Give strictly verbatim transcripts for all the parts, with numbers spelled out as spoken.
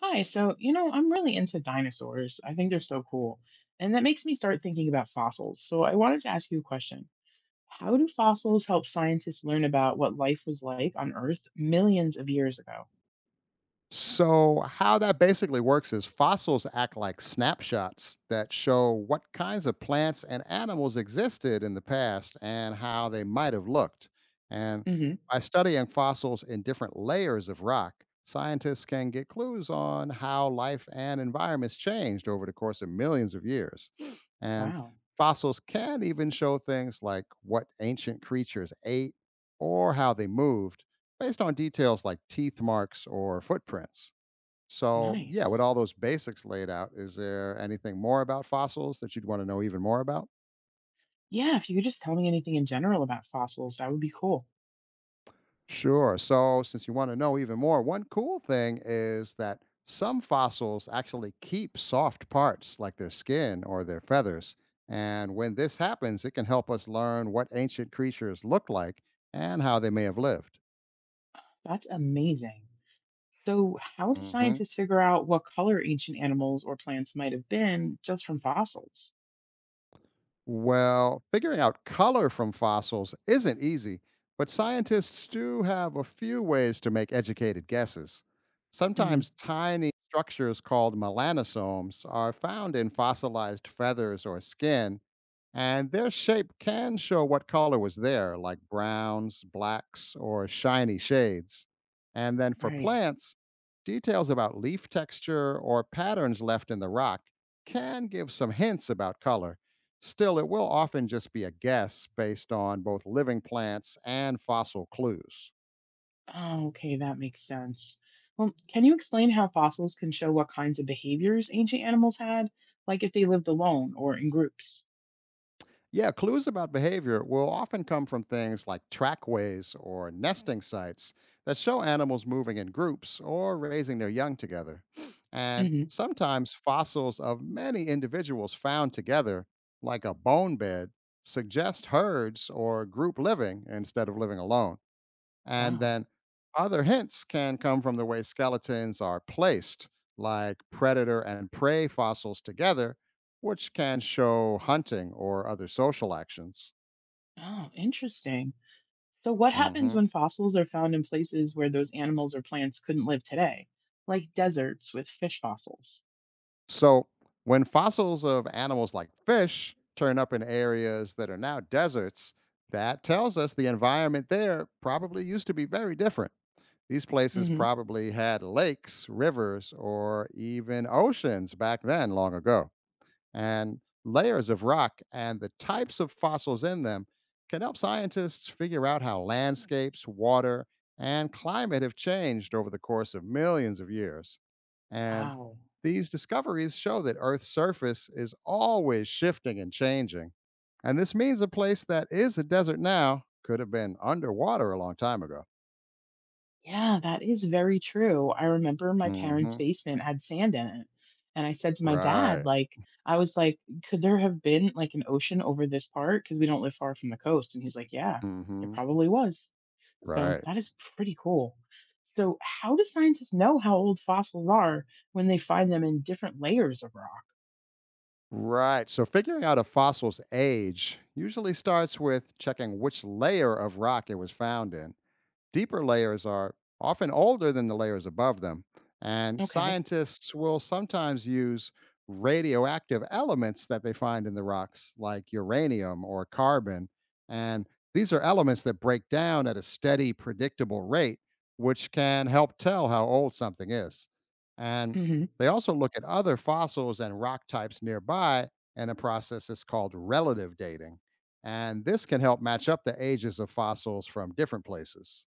Hi, so you know, I'm really into dinosaurs. I think they're so cool. And that makes me start thinking about fossils. So I wanted to ask you a question. How do fossils help scientists learn about what life was like on Earth millions of years ago? So, how that basically works is fossils act like snapshots that show what kinds of plants and animals existed in the past and how they might have looked. And Hmm. by studying fossils in different layers of rock, scientists can get clues on how life and environments changed over the course of millions of years. And Wow, fossils can even show things like what ancient creatures ate or how they moved based on details like teeth marks or footprints. So, yeah, with nice. all those basics laid out, is there anything more about fossils that you'd want to know even more about? Yeah, if you could just tell me anything in general about fossils, that would be cool. Sure. So, since you want to know even more, one cool thing is that some fossils actually keep soft parts like their skin or their feathers. And when this happens, it can help us learn what ancient creatures looked like and how they may have lived. That's amazing. So, how do Hmm. scientists figure out what color ancient animals or plants might have been just from fossils? Well, figuring out color from fossils isn't easy, but scientists do have a few ways to make educated guesses. Hmm. Sometimes tiny structures called melanosomes are found in fossilized feathers or skin, and their shape can show what color was there, like browns, blacks, or shiny shades. And then for Right. plants, details about leaf texture or patterns left in the rock can give some hints about color. Still, it will often just be a guess based on both living plants and fossil clues. Oh, okay, that makes sense. Well, can you explain how fossils can show what kinds of behaviors ancient animals had, like if they lived alone or in groups? Yeah, clues about behavior will often come from things like trackways or nesting sites that show animals moving in groups or raising their young together. And Hmm. sometimes fossils of many individuals found together, like a bone bed, suggest herds or group living instead of living alone. And Wow. then other hints can come from the way skeletons are placed, like predator and prey fossils together, which can show hunting or other social actions. Oh, interesting. So, what happens Mhm. when fossils are found in places where those animals or plants couldn't live today, like deserts with fish fossils? So, when fossils of animals like fish turn up in areas that are now deserts, that tells us the environment there probably used to be very different. These places Hmm. probably had lakes, rivers, or even oceans back then, long ago. And layers of rock and the types of fossils in them can help scientists figure out how landscapes, water, and climate have changed over the course of millions of years. And Wow. these discoveries show that Earth's surface is always shifting and changing. And this means a place that is a desert now could have been underwater a long time ago. Yeah, that is very true. I remember my parents' Hmm. basement had sand in it. And I said to my dad, Right. like, I was like, could there have been like an ocean over this part? Because we don't live far from the coast. And he's like, yeah, it Hmm. probably was. So Right. that is pretty cool. So, how do scientists know how old fossils are when they find them in different layers of rock? Right. So figuring out a fossil's age usually starts with checking which layer of rock it was found in. Deeper layers are often older than the layers above them, and Okay. scientists will sometimes use radioactive elements that they find in the rocks, like uranium or carbon. And these are elements that break down at a steady, predictable rate, which can help tell how old something is. And Hmm. they also look at other fossils and rock types nearby in a process that's called relative dating. And this can help match up the ages of fossils from different places.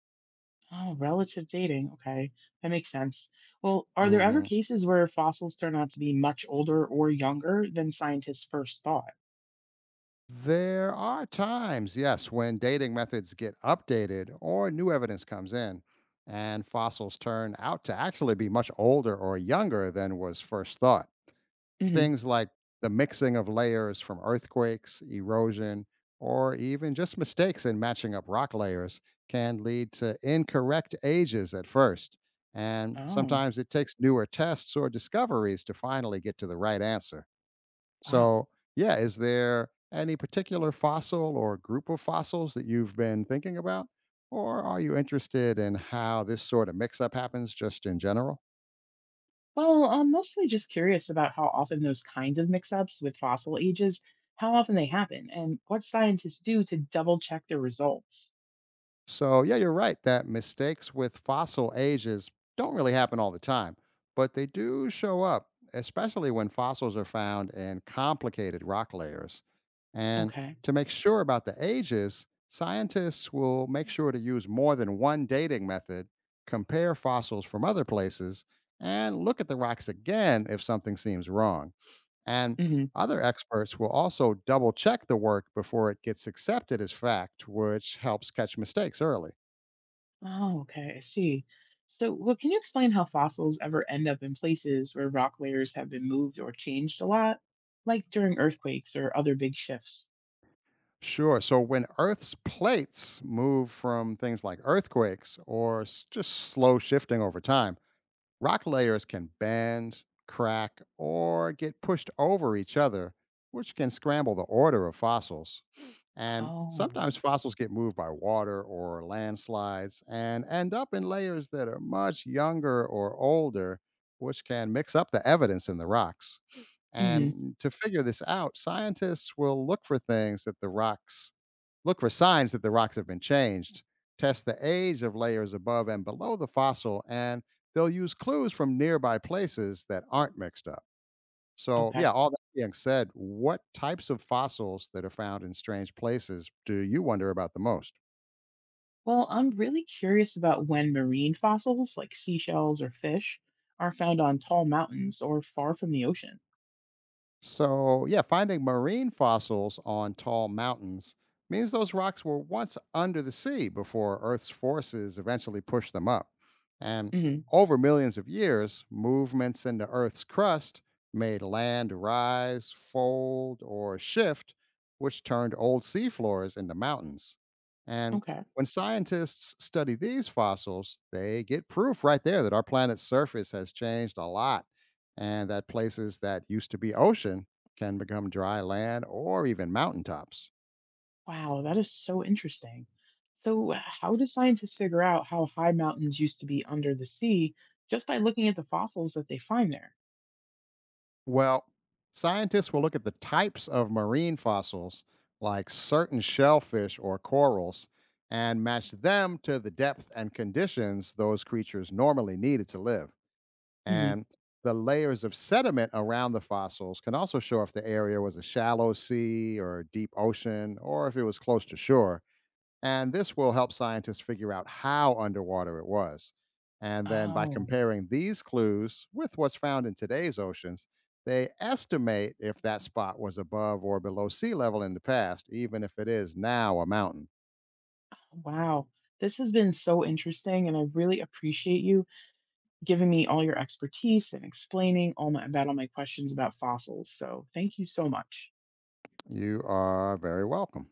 Oh, relative dating. Okay. That makes sense. Well, are there ever Hmm. cases where fossils turn out to be much older or younger than scientists first thought? There are times, yes, when dating methods get updated or new evidence comes in, and fossils turn out to actually be much older or younger than was first thought. Mhm. Things like the mixing of layers from earthquakes, erosion, or even just mistakes in matching up rock layers can lead to incorrect ages at first. And Oh, sometimes it takes newer tests or discoveries to finally get to the right answer. wow. So, yeah, is there any particular fossil or group of fossils that you've been thinking about? Or are you interested in how this sort of mix up happens just in general? Well, I'm mostly just curious about how often those kinds of mix-ups with fossil ages, how often they happen, and what scientists do to double-check their results. So, yeah, you're right that mistakes with fossil ages don't really happen all the time, but they do show up, especially when fossils are found in complicated rock layers. And Okay. to make sure about the ages, scientists will make sure to use more than one dating method, compare fossils from other places, and look at the rocks again if something seems wrong. And Hmm. other experts will also double check the work before it gets accepted as fact, which helps catch mistakes early. Oh, okay. I see. So, well, can you explain how fossils ever end up in places where rock layers have been moved or changed a lot, like during earthquakes or other big shifts? Sure. So when Earth's plates move from things like earthquakes or s- just slow shifting over time, rock layers can bend, crack, or get pushed over each other, which can scramble the order of fossils. And Oh. sometimes fossils get moved by water or landslides and end up in layers that are much younger or older, which can mix up the evidence in the rocks. Hmm. And to figure this out, scientists will look for things that the rocks look for signs that the rocks have been changed, test the age of layers above and below the fossil, and they'll use clues from nearby places that aren't mixed up. So, Okay. yeah, all that being said, what types of fossils that are found in strange places do you wonder about the most? Well, I'm really curious about when marine fossils, like seashells or fish, are found on tall mountains or far from the ocean. So, yeah, finding marine fossils on tall mountains means those rocks were once under the sea before Earth's forces eventually pushed them up. And Hmm. over millions of years, movements in the Earth's crust made land rise, fold, or shift, which turned old seafloors into mountains. And Okay. when scientists study these fossils, they get proof right there that our planet's surface has changed a lot and that places that used to be ocean can become dry land or even mountaintops. Wow, that is so interesting. So, uh, how do scientists figure out how high mountains used to be under the sea just by looking at the fossils that they find there? Well, scientists will look at the types of marine fossils, like certain shellfish or corals, and match them to the depth and conditions those creatures normally needed to live. Hmm. And the layers of sediment around the fossils can also show if the area was a shallow sea or a deep ocean or if it was close to shore. And this will help scientists figure out how underwater it was. And then by Oh, comparing these clues with what's found in today's oceans, they estimate if that spot was above or below sea level in the past, even if it is now a mountain. wow. This has been so interesting, and I really appreciate you giving me all your expertise and explaining all my, about all my questions about fossils. So, thank you so much. You are very welcome.